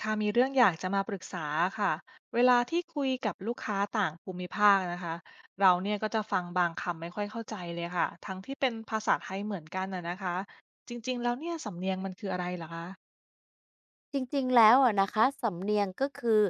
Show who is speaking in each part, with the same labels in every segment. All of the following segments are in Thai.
Speaker 1: ค่ะมีเรื่องอยากจะมาปรึกษาค่ะเวลาที่คุยกับลูกค้าต่างภูมิภาคนะคะเราเนี่ยก็จะฟังบางคำไม่ค่อยเข้าใจเลยค่ะทั้งที่เป็นภาษาไทยเหมือนกันนะนะคะจริงๆแล้วเนี่ยสำเนียงมันคืออะไรเหรอคะ
Speaker 2: จริงๆแล้วอะนะคะสำเนียงก็คือ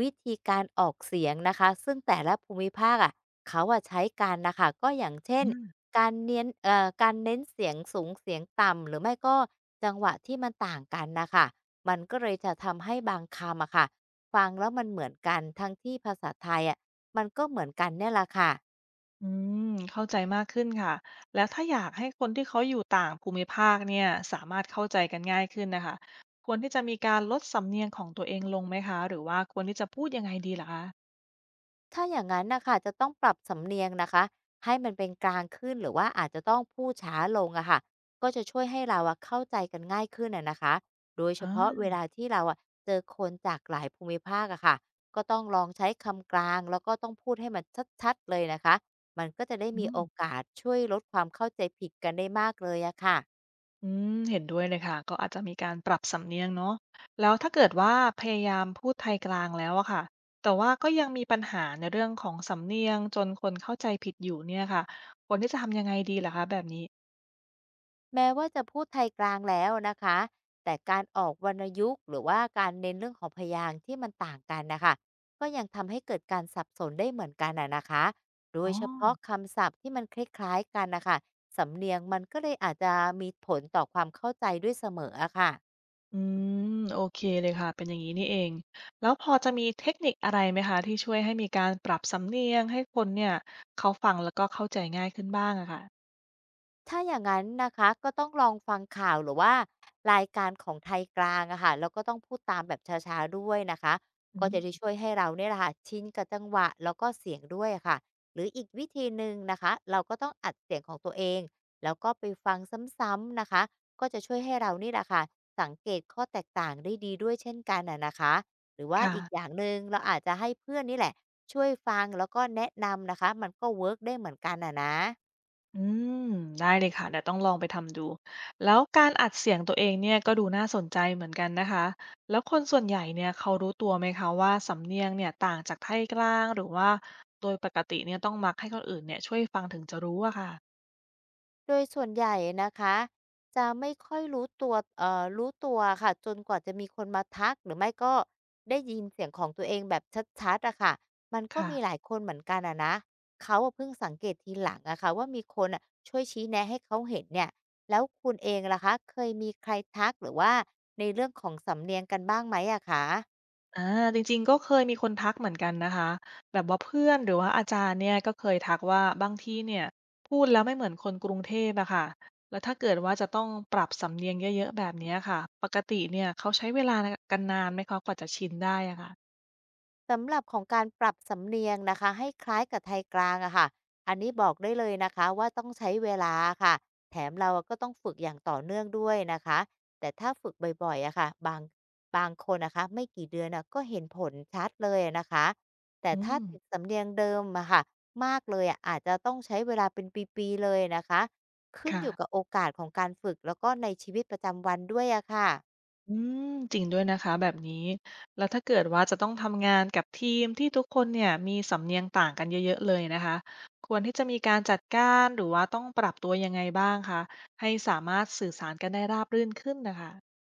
Speaker 2: วิธีการออกเสียงนะคะซึ่งแต่ละภูมิภาคอะเขาอะใช้การนะคะก็อย่างเช่น
Speaker 1: อืม
Speaker 2: การเน้นการเน้นเสียงสูงเสียงต่ำหรือไม่ก็จังหวะที่มันต่างกันนะคะมันก็เลยจะทำให้บางคำอะค่ะฟังแล้วมันเหมือนกันทั้งที่ภาษาไทยอะมันก็เหมือนกันเนี่ยแหละค่ะ
Speaker 1: อืมเข้าใจมากขึ้นค่ะแล้วถ้าอยากให้คนที่เขาอยู่ต่างภูมิภาคเนี่ยสามารถเข้าใจกันง่ายขึ้นนะคะควรที่จะมีการลดสำเนียงของตัวเองลงไหมคะหรือว่าควรที่จะพูดยังไงดีล่ะคะ
Speaker 2: ถ้าอย่างนั้นนะคะจะต้องปรับสำเนียงนะคะให้มันเป็นกลางขึ้นหรือว่าอาจจะต้องพูดช้าลงอะค่ะก็จะช่วยให้เราอะเข้าใจกันง่ายขึ้นอะนะคะโดยเฉ
Speaker 1: อ่า
Speaker 2: พาะเวลาที่เราอะเจอคนจากหลายภูมิภาคอะค่ะก็ต้องลองใช้คำกลางแล้วก็ต้องพูดให้มันชัดๆเลยนะคะมันก็จะได้
Speaker 1: อื
Speaker 2: มีโอ
Speaker 1: ม
Speaker 2: กาสช่วยลดความเข้าใจผิดกันได้มากเลยอะค่ะ
Speaker 1: อืมเห็นด้วยเลยค่ะก็อาจจะมีการปรับสำเนียงเนาะแล้วถ้าเกิดว่าพยายามพูดไทยกลางแล้วอะค่ะแต่ว่าก็ยังมีปัญหาในเรื่องของสำเนียงจนคนเข้าใจผิดอยู่เนี่ยค่ะควรที่จะทำยังไงดีล่ะคะแบบนี้
Speaker 2: แม้ว่าจะพูดไทยกลางแล้วนะคะ แต่การออกวรรณยุกต์หรือว่าการเน้นเรื่องของพยางค์ที่มันต่างกันนะคะ ก็ยังทำให้เกิดการสับสนได้เหมือนกันอะนะคะโดย
Speaker 1: อ๋อ
Speaker 2: เฉพาะคำศัพท์ที่มันคล้ายๆกันนะคะ สำเนียงมันก็เลยอาจจะมีผลต่อความเข้าใจด้วยเสมออะค่ะ
Speaker 1: อืมโอเคเลยค่ะเป็นอย่างนี้นี่เองแล้วพอจะมีเทคนิคอะไรไหมคะที่ช่วยให้มีการปรับสำเนียงให้คนเนี่ยเขาฟังแล้วก็เข้าใจง่ายขึ้นบ้างอะค่ะ
Speaker 2: ถ้าอย่างนั้นนะคะก็ต้องลองฟังข่าวหรือว่ารายการของไทยกลางอะค่ะแล้วก็ต้องพูดตามแบบช้าๆด้วยนะคะ
Speaker 1: อื
Speaker 2: ก็
Speaker 1: ม
Speaker 2: จะได้ช่วยให้เราเนี่ยแหละค่ะชินกับจังหวะแล้วก็เสียงด้วยอะค่ะหรืออีกวิธีหนึ่งนะคะเราก็ต้องอัดเสียงของตัวเองแล้วก็ไปฟังซ้ำๆนะคะก็จะช่วยให้เรานี่แหละค่ะสังเกตข้อแตกต่างได้ดีด้วยเช่นกันอะนะคะหรือว่า
Speaker 1: ค่ะ
Speaker 2: อีกอย่างหนึ่งเราอาจจะให้เพื่อนนี่แหละช่วยฟังแล้วก็แนะนำนะคะมันก็เวิร์กได้เหมือนกันอะนะ
Speaker 1: อืมได้เลยค่ะเดี๋ยวต้องลองไปทำดูแล้วการอัดเสียงตัวเองเนี่ยก็ดูน่าสนใจเหมือนกันนะคะแล้วคนส่วนใหญ่เนี่ยเขารู้ตัวไหมคะว่าสำเนียงเนี่ยต่างจากไทยกลางหรือว่าโดยปกติเนี่ยต้องมักให้คนอื่นเนี่ยช่วยฟังถึงจะรู้อะค่ะ
Speaker 2: โดยส่วนใหญ่นะคะจะไม่ค่อยรู้ตัวค่ะจนกว่าจะมีคนมาทักหรือไม่ก็ได้ยินเสียงของตัวเองแบบชัดๆอะค่ะมันก็
Speaker 1: ค่ะ
Speaker 2: มีหลายคนเหมือนกันอะนะเขาอะเพิ่งสังเกตทีหลังอะค่ะว่ามีคนน่ะช่วยชี้แนะให้เขาเห็นเนี่ยแล้วคุณเองล่ะคะเคยมีใครทักหรือว่าในเรื่องของสำเนียงกันบ้างไหมอะคะ
Speaker 1: อาจริงๆก็เคยมีคนทักเหมือนกันนะคะแบบว่าเพื่อนหรือว่าอาจารย์เนี่ยก็เคยทักว่าบางทีเนี่ยพูดแล้วไม่เหมือนคนกรุงเทพอะค่ะแล้วถ้าเกิดว่าจะต้องปรับสำเนียงเยอะๆแบบเนี้ยค่ะปกติเนี่ยเขาใช้เวลานกันนานไหมคะกว่าจะชินได้อะค่ะ
Speaker 2: สำหรับของการปรับสำเนียงนะคะให้คล้ายกับไทยกลางอะค่ะอันนี้บอกได้เลยนะคะว่าต้องใช้เวลาค่ะ แถมเราก็ต้องฝึกอย่างต่อเนื่องด้วยนะคะ แต่ถ้าฝึกบ่อยๆอะค่ะบางคนนะคะไม่กี่เดือนอะก็เห็นผลชัดเลยนะคะแต่
Speaker 1: อื
Speaker 2: ถ้า
Speaker 1: ม
Speaker 2: ติดสำเนียงเดิมอะค่ะมากเลยอะอาจจะต้องใช้เวลาเป็นปีๆเลยนะคะ ขึ้นอยู่กับ
Speaker 1: ค่ะ
Speaker 2: โอกาสของการฝึกแล้วก็ในชีวิตประจำวันด้วยอะค่ะ
Speaker 1: อืมจริงด้วยนะคะแบบนี้แล้วถ้าเกิดว่าจะต้องทำงานกับทีมที่ทุกคนเนี่ยมีสำเนียงต่างกันเยอะๆเลยนะคะควรที่จะมีการจัดการหรือว่าต้องปรับตัวยังไงบ้างคะให้สามารถสื่อสารกันได้ราบรื่นขึ้นนะคะ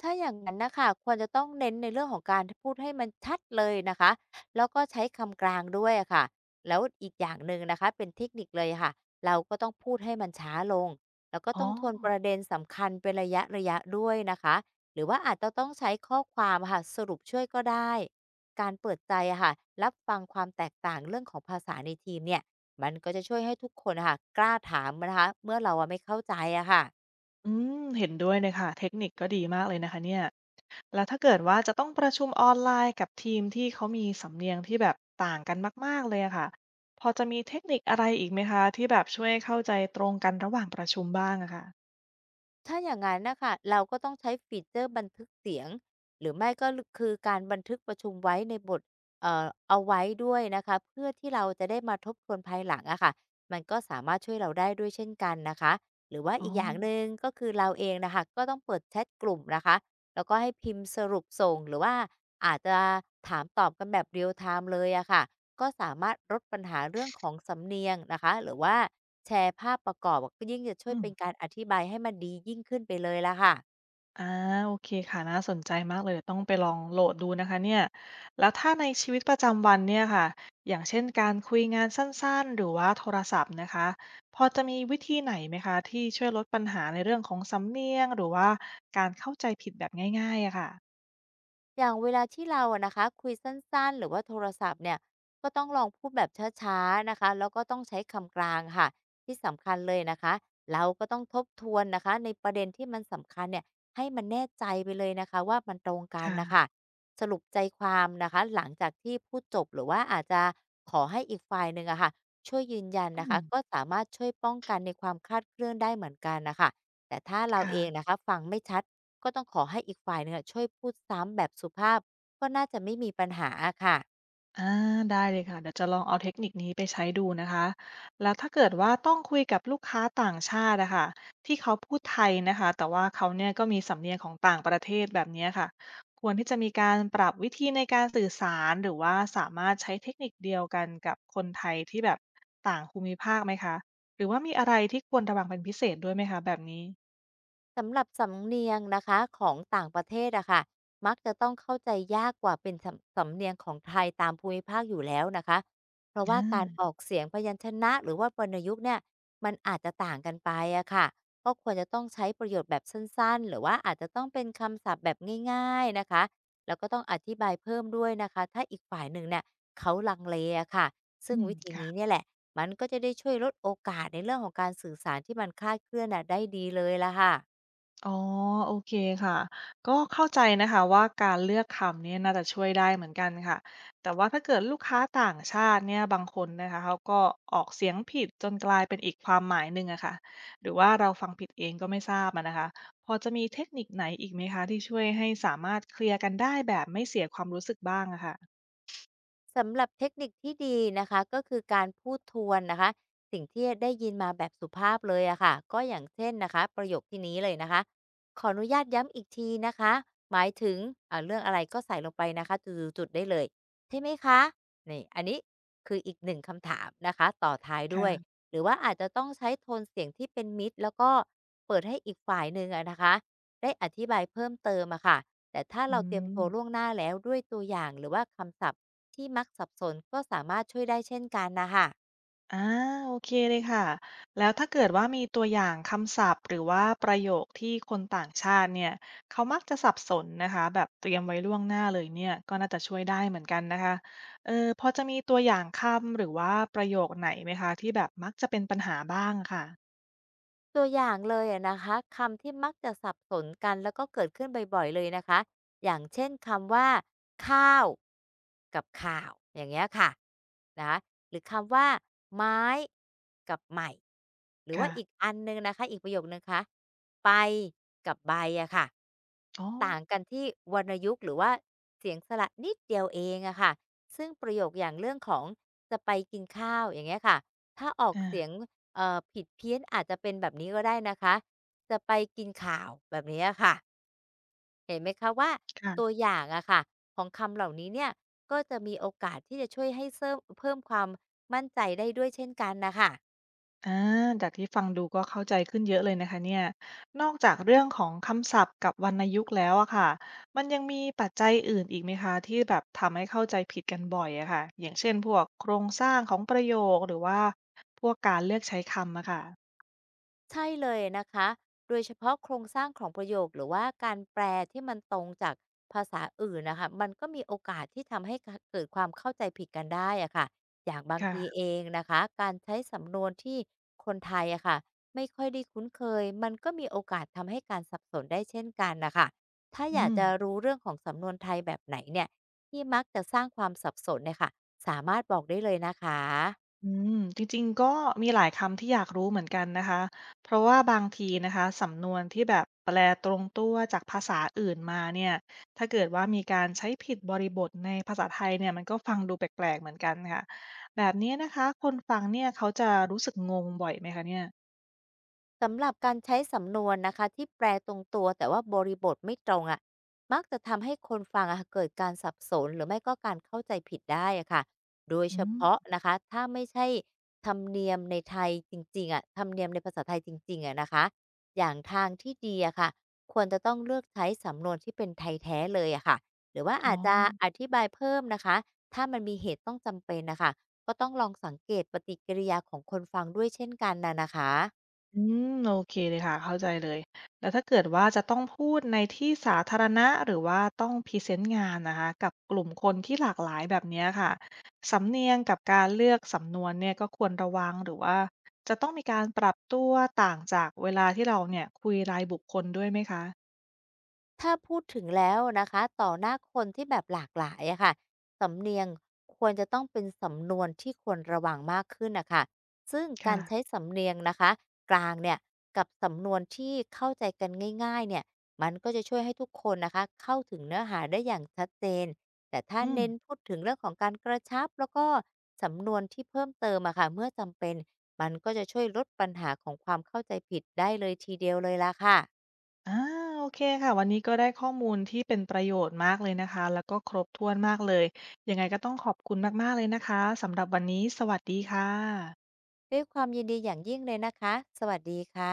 Speaker 2: ถ้าอย่างนั้นนะค่ะควรจะต้องเน้นในเรื่องของการพูดให้มันชัดเลยนะคะแล้วก็ใช้คำกลางด้วยอะค่ะแล้วอีกอย่างหนึ่งนะคะเป็นเทคนิคเลยค่ะเราก็ต้องพูดให้มันช้าลงแล้วก็
Speaker 1: อ๋อ
Speaker 2: ต้องทวนประเด็นสำคัญเป็นระยะๆด้วยนะคะหรือว่าอาจจะต้องใช้ข้อความะค่ะสรุปช่วยก็ได้การเปิดใจอะค่ะรับฟังความแตกต่างเรื่องของภาษาในทีมเนี่ยมันก็จะช่วยให้ทุกคนอะค่ะกล้าถามนะคะเมื่อเราอะไม่เข้าใจอะค่ะ
Speaker 1: อืมเห็นด้วยเลยค่ะเทคนิคก็ดีมากเลยนะคะเนี่ยแล้วถ้าเกิดว่าจะต้องประชุมออนไลน์กับทีมที่เขามีสำเนียงที่แบบต่างกันมากๆเลยอะค่ะพอจะมีเทคนิคอะไรอีกไหมคะที่แบบช่วยเข้าใจตรงกันระหว่างประชุมบ้างอะค่ะ
Speaker 2: ถ้าอย่างนั้นนะคะเราก็ต้องใช้ฟีเจอร์บันทึกเสียงหรือไม่ก็คือการบันทึกประชุมไว้ในบทเอาไว้ด้วยนะคะเพื่อที่เราจะได้มาทบทวนภายหลังอะค่ะมันก็สามารถช่วยเราได้ด้วยเช่นกันนะคะหรือว่า
Speaker 1: อ๋อ
Speaker 2: อีกอย่างหนึ่งก็คือเราเองนะคะก็ต้องเปิดแชทกลุ่มนะคะ แล้วก็ให้พิมพ์สรุปส่งหรือว่าอาจจะถามตอบกันแบบ real time เลยอะค่ะก็สามารถลดปัญหาเรื่องของสำเนียงนะคะหรือว่าแชร์ภาพประกอบก็ยิ่งจะช่วย
Speaker 1: อืม
Speaker 2: เป็นการอธิบายให้มันดียิ่งขึ้นไปเลยละค่ะ
Speaker 1: อาโอเคค่ะน่าสนใจมากเลยเดี๋ยวต้องไปลองโหลดดูนะคะเนี่ยแล้วถ้าในชีวิตประจำวันเนี่ยค่ะ อย่างเช่นการคุยงานสั้นๆ หรือว่าโทรศัพท์นะคะ พอจะมีวิธีไหนไหมคะที่ช่วยลดปัญหาในเรื่องของสำเนียงหรือว่าการเข้าใจผิดแบบง่ายๆอะค่ะ
Speaker 2: อย่างเวลาที่เราอะนะคะคุยสั้นๆหรือว่าโทรศัพท์เนี่ยก็ต้องลองพูดแบบช้าๆนะคะแล้วก็ต้องใช้คำกลางค่ะที่สำคัญเลยนะคะเราก็ต้องทบทวนนะคะในประเด็นที่มันสำคัญเนี่ยให้มันแน่ใจไปเลยนะคะว่ามันตรงกัน
Speaker 1: ค่ะ
Speaker 2: นะคะสรุปใจความนะคะหลังจากที่พูดจบหรือว่าอาจจะขอให้อีกฝ่ายหนึ่งอะค่ะช่วยยืนยัน
Speaker 1: อื
Speaker 2: นะคะ
Speaker 1: ม
Speaker 2: ก็สามารถช่วยป้องกันในความคลาดเคลื่อนได้เหมือนกันนะคะแต่ถ้าเราเอง
Speaker 1: ค่ะ
Speaker 2: นะคะฟังไม่ชัด ก็ต้องขอให้อีกฝ่ายหนึ่งอะช่วยพูดซ้ำแบบสุภาพก็น่าจะไม่มีปัญหาอะค่ะ
Speaker 1: อาได้เลยค่ะเดี๋ยวจะลองเอาเทคนิคนี้ไปใช้ดูนะคะแล้วถ้าเกิดว่าต้องคุยกับลูกค้าต่างชาติอะค่ะที่เขาพูดไทยนะคะแต่ว่าเขาเนี่ยก็มีสำเนียงของต่างประเทศแบบเนี้ยค่ะควรที่จะมีการปรับวิธีในการสื่อสารหรือว่าสามารถใช้เทคนิคเดียวกันกับคนไทยที่แบบต่างภูมิภาคไหมคะหรือว่ามีอะไรที่ควรระวังเป็นพิเศษด้วยไหมคะแบบนี้
Speaker 2: สำหรับสำเนียงนะคะของต่างประเทศอะค่ะมักจะต้องเข้าใจยากกว่าเป็นสำเนียงของไทยตามภูมิภาคอยู่แล้วนะคะ เพราะว่า
Speaker 1: อา
Speaker 2: การออกเสียงพยัญชนะหรือว่าวรรณยุกต์เนี่ยมันอาจจะต่างกันไปอะค่ะก็ควรจะต้องใช้ประโยชน์แบบสั้นๆหรือว่าอาจจะต้องเป็นคำศัพท์แบบง่ายๆนะคะ แล้วก็ต้องอธิบายเพิ่มด้วยนะคะถ้าอีกฝ่ายหนึ่งเนี่ยเขาลังเลอะค่ะซึ่ง
Speaker 1: อืม
Speaker 2: วิธี
Speaker 1: ค่ะ
Speaker 2: นี้เนี่ยแหละมันก็จะได้ช่วยลดโอกาสในเรื่องของการสื่อสารที่มันคลาดเคลื่อนน่ะได้ดีเลยละค่ะ
Speaker 1: อ๋อโอเคค่ะก็เข้าใจนะคะว่าการเลือกคำเนี่ยน่าจะช่วยได้เหมือนกันค่ะแต่ว่าถ้าเกิดลูกค้าต่างชาติเนี่ยบางคนนะคะเขาก็ออกเสียงผิดจนกลายเป็นอีกความหมายหนึ่งอะค่ะหรือว่าเราฟังผิดเองก็ไม่ทราบอะนะคะพอจะมีเทคนิคไหนอีกไหมคะที่ช่วยให้สามารถเคลียร์กันได้แบบไม่เสียความรู้สึกบ้างอะค่ะ
Speaker 2: สำหรับเทคนิคที่ดีนะคะก็คือการพูดทวนนะคะสิ่งที่ได้ยินมาแบบสุภาพเลยอะค่ะก็อย่างเช่นนะคะประโยคที่นี้เลยนะคะขออนุญาตย้ำอีกทีนะคะหมายถึงเรื่องอะไรก็ใส่ลงไปนะคะจุดๆๆได้เลยใช่ไหมคะนี่อันนี้คืออีกหนึ่งคำถามนะคะต่อท้ายด้วย
Speaker 1: ค่ะ
Speaker 2: หรือว่าอาจจะต้องใช้โทนเสียงที่เป็นมิตรแล้วก็เปิดให้อีกฝ่ายหนึ่งอะนะคะได้อธิบายเพิ่มเติมอะค่ะแต่ถ้า
Speaker 1: อื
Speaker 2: เราเตรียม
Speaker 1: ม
Speaker 2: ตัวล่วงหน้าแล้วด้วยตัวอย่างหรือว่าคำศัพท์ ที่มักสับสนก็สามารถช่วยได้เช่นกันนะคะ
Speaker 1: อาโอเคเลยค่ะแล้วถ้าเกิดว่ามีตัวอย่างคำศัพท์หรือว่าประโยคที่คนต่างชาติเนี่ยเขามักจะสับสนนะคะแบบเตรียมไว้ล่วงหน้าเลยเนี่ยก็น่าจะช่วยได้เหมือนกันนะคะเออพอจะมีตัวอย่างคำหรือว่าประโยคไหนไหมคะที่แบบมักจะเป็นปัญหาบ้างอะค่ะ
Speaker 2: ตัวอย่างเลยอะนะคะคำที่มักจะสับสนกันแล้วก็เกิดขึ้นบ่อยๆเลยนะคะอย่างเช่นคำว่าข้าวกับข่าวอย่างเงี้ยค่ะนะคะหรือคำว่าไม้กับใหม่หรือว่า
Speaker 1: ค่ะ
Speaker 2: อีกอันนึงนะคะอีกประโยคนึงคะไปกับใบอะค่ะ
Speaker 1: อ๋อ
Speaker 2: ต่างกันที่วรรณยุกต์หรือว่าเสียงสระนิดเดียวเองอะค่ะซึ่งประโยคอย่างเรื่องของจะไปกินข้าวอย่างเงี้ยค่ะถ้าออก
Speaker 1: อา
Speaker 2: เสียง ผิดเพี้ยนอาจจะเป็นแบบนี้ก็ได้นะคะจะไปกินข่าวแบบนี้อะค่ะเห็นไหมคะว่า
Speaker 1: ค่ะ
Speaker 2: ตัวอย่างอะค่ะของคำเหล่านี้เนี่ยก็จะมีโอกาสที่จะช่วยให้เสริมเพิ่มความมั่นใจได้ด้วยเช่นกันนะคะ
Speaker 1: อาจากที่ฟังดูก็เข้าใจขึ้นเยอะเลยนะคะเนี่ยนอกจากเรื่องของคำศัพท์กับวรรณยุกต์แล้วอะค่ะมันยังมีปัจจัยอื่นอีกไหมคะที่แบบทำให้เข้าใจผิดกันบ่อยอะค่ะอย่างเช่นพวกโครงสร้างของประโยคหรือว่าพวกการเลือกใช้คำอะค่ะ
Speaker 2: ใช่เลยนะคะ โดยเฉพาะโครงสร้างของประโยคหรือว่าการแปลที่มันตรงจากภาษาอื่นนะคะมันก็มีโอกาสที่ทำให้เกิดความเข้าใจผิดกันได้อะค่ะ อย่างบางทีเอ
Speaker 1: ค่ะ
Speaker 2: งนะคะ การใช้สำนวนที่คนไทยอะค่ะไม่ค่อยได้คุ้นเคยมันก็มีโอกาสทำให้การสับสนได้เช่นกันนะคะถ้าอยา
Speaker 1: อื
Speaker 2: ก
Speaker 1: ม
Speaker 2: จะรู้เรื่องของสำนวนไทยแบบไหนเนี่ยที่มักจะสร้างความสับสนเนี่ยค่ะสามารถบอกได้เลยนะคะ
Speaker 1: อืมจริงๆก็มีหลายคำที่อยากรู้เหมือนกันนะคะเพราะว่าบางทีนะคะสำนวนที่แบบแปลตรงตัวจากภาษาอื่นมาเนี่ยถ้าเกิดว่ามีการใช้ผิดบริบทในภาษาไทยเนี่ยมันก็ฟังดูแปลกๆเหมือนกันค่ะแบบนี้นะคะคนฟังเนี่ยเขาจะรู้สึกงงบ่อยไหมคะเนี่ย
Speaker 2: สำหรับการใช้สำนวนนะคะที่แปลตรงตัวแต่ว่าบริบทไม่ตรงอะะมักจะทำให้คนฟังอะเกิดการสับสนหรือไม่ก็การเข้าใจผิดได้อะค่ะโดย
Speaker 1: อื
Speaker 2: เฉ
Speaker 1: ม
Speaker 2: พาะนะคะถ้าไม่ใช่ธรรมเนียมในไทยจริงๆอะะธรรมเนียมในภาษาไทยจริงๆอะนะคะอย่างทางที่ดีอะค่ะควรจะต้องเลือกใช้สำนวนที่เป็นไทยแท้เลยอะค่ะหรือว่า
Speaker 1: อ๋อ
Speaker 2: อาจจะอธิบายเพิ่มนะคะถ้ามันมีเหตุต้องจำเป็นนะคะก็ต้องลองสังเกตปฏิกิริยาของคนฟังด้วยเช่นกันนะคะ
Speaker 1: อืมโอเคเลยค่ะเข้าใจเลยแล้วถ้าเกิดว่าจะต้องพูดในที่สาธารณะหรือว่าต้องพรีเซนต์งานนะคะกับกลุ่มคนที่หลากหลายแบบเนี้ยค่ะสำเนียงกับการเลือกสำนวนเนี่ยก็ควรระวังหรือว่าจะต้องมีการปรับตัวต่างจากเวลาที่เราเนี่ยคุยรายบุคคลด้วยไหมคะ
Speaker 2: ถ้าพูดถึงแล้วนะคะต่อหน้าคนที่แบบหลากหลายอะค่ะสำเนียงควรจะต้องเป็นสำนวนที่ควรระวังมากขึ้นนะคะซึ่งการใช้
Speaker 1: ค่ะ
Speaker 2: สำเนียงนะคะกลางเนี่ยกับสำนวนที่เข้าใจกันง่ายๆเนี่ยมันก็จะช่วยให้ทุกคนนะคะเข้าถึงเนื้อหาได้อย่างชัดเจนแต่ถ้า
Speaker 1: อืม
Speaker 2: เน้นพูดถึงเรื่องของการกระชับแล้วก็สำนวนที่เพิ่มเติมอะค่ะเมื่อจำเป็นมันก็จะช่วยลดปัญหาของความเข้าใจผิดได้เลยทีเดียวเลยล่ะค่ะ
Speaker 1: อาโอเคค่ะวันนี้ก็ได้ข้อมูลที่เป็นประโยชน์มากเลยนะคะแล้วก็ครบถ้วนมากเลยยังไงก็ต้องขอบคุณมากๆเลยนะคะสำหรับวันนี้สวัสดีค่ะ
Speaker 2: ด้วยความยินดีอย่างยิ่งเลยนะคะ สวัสดีค่ะ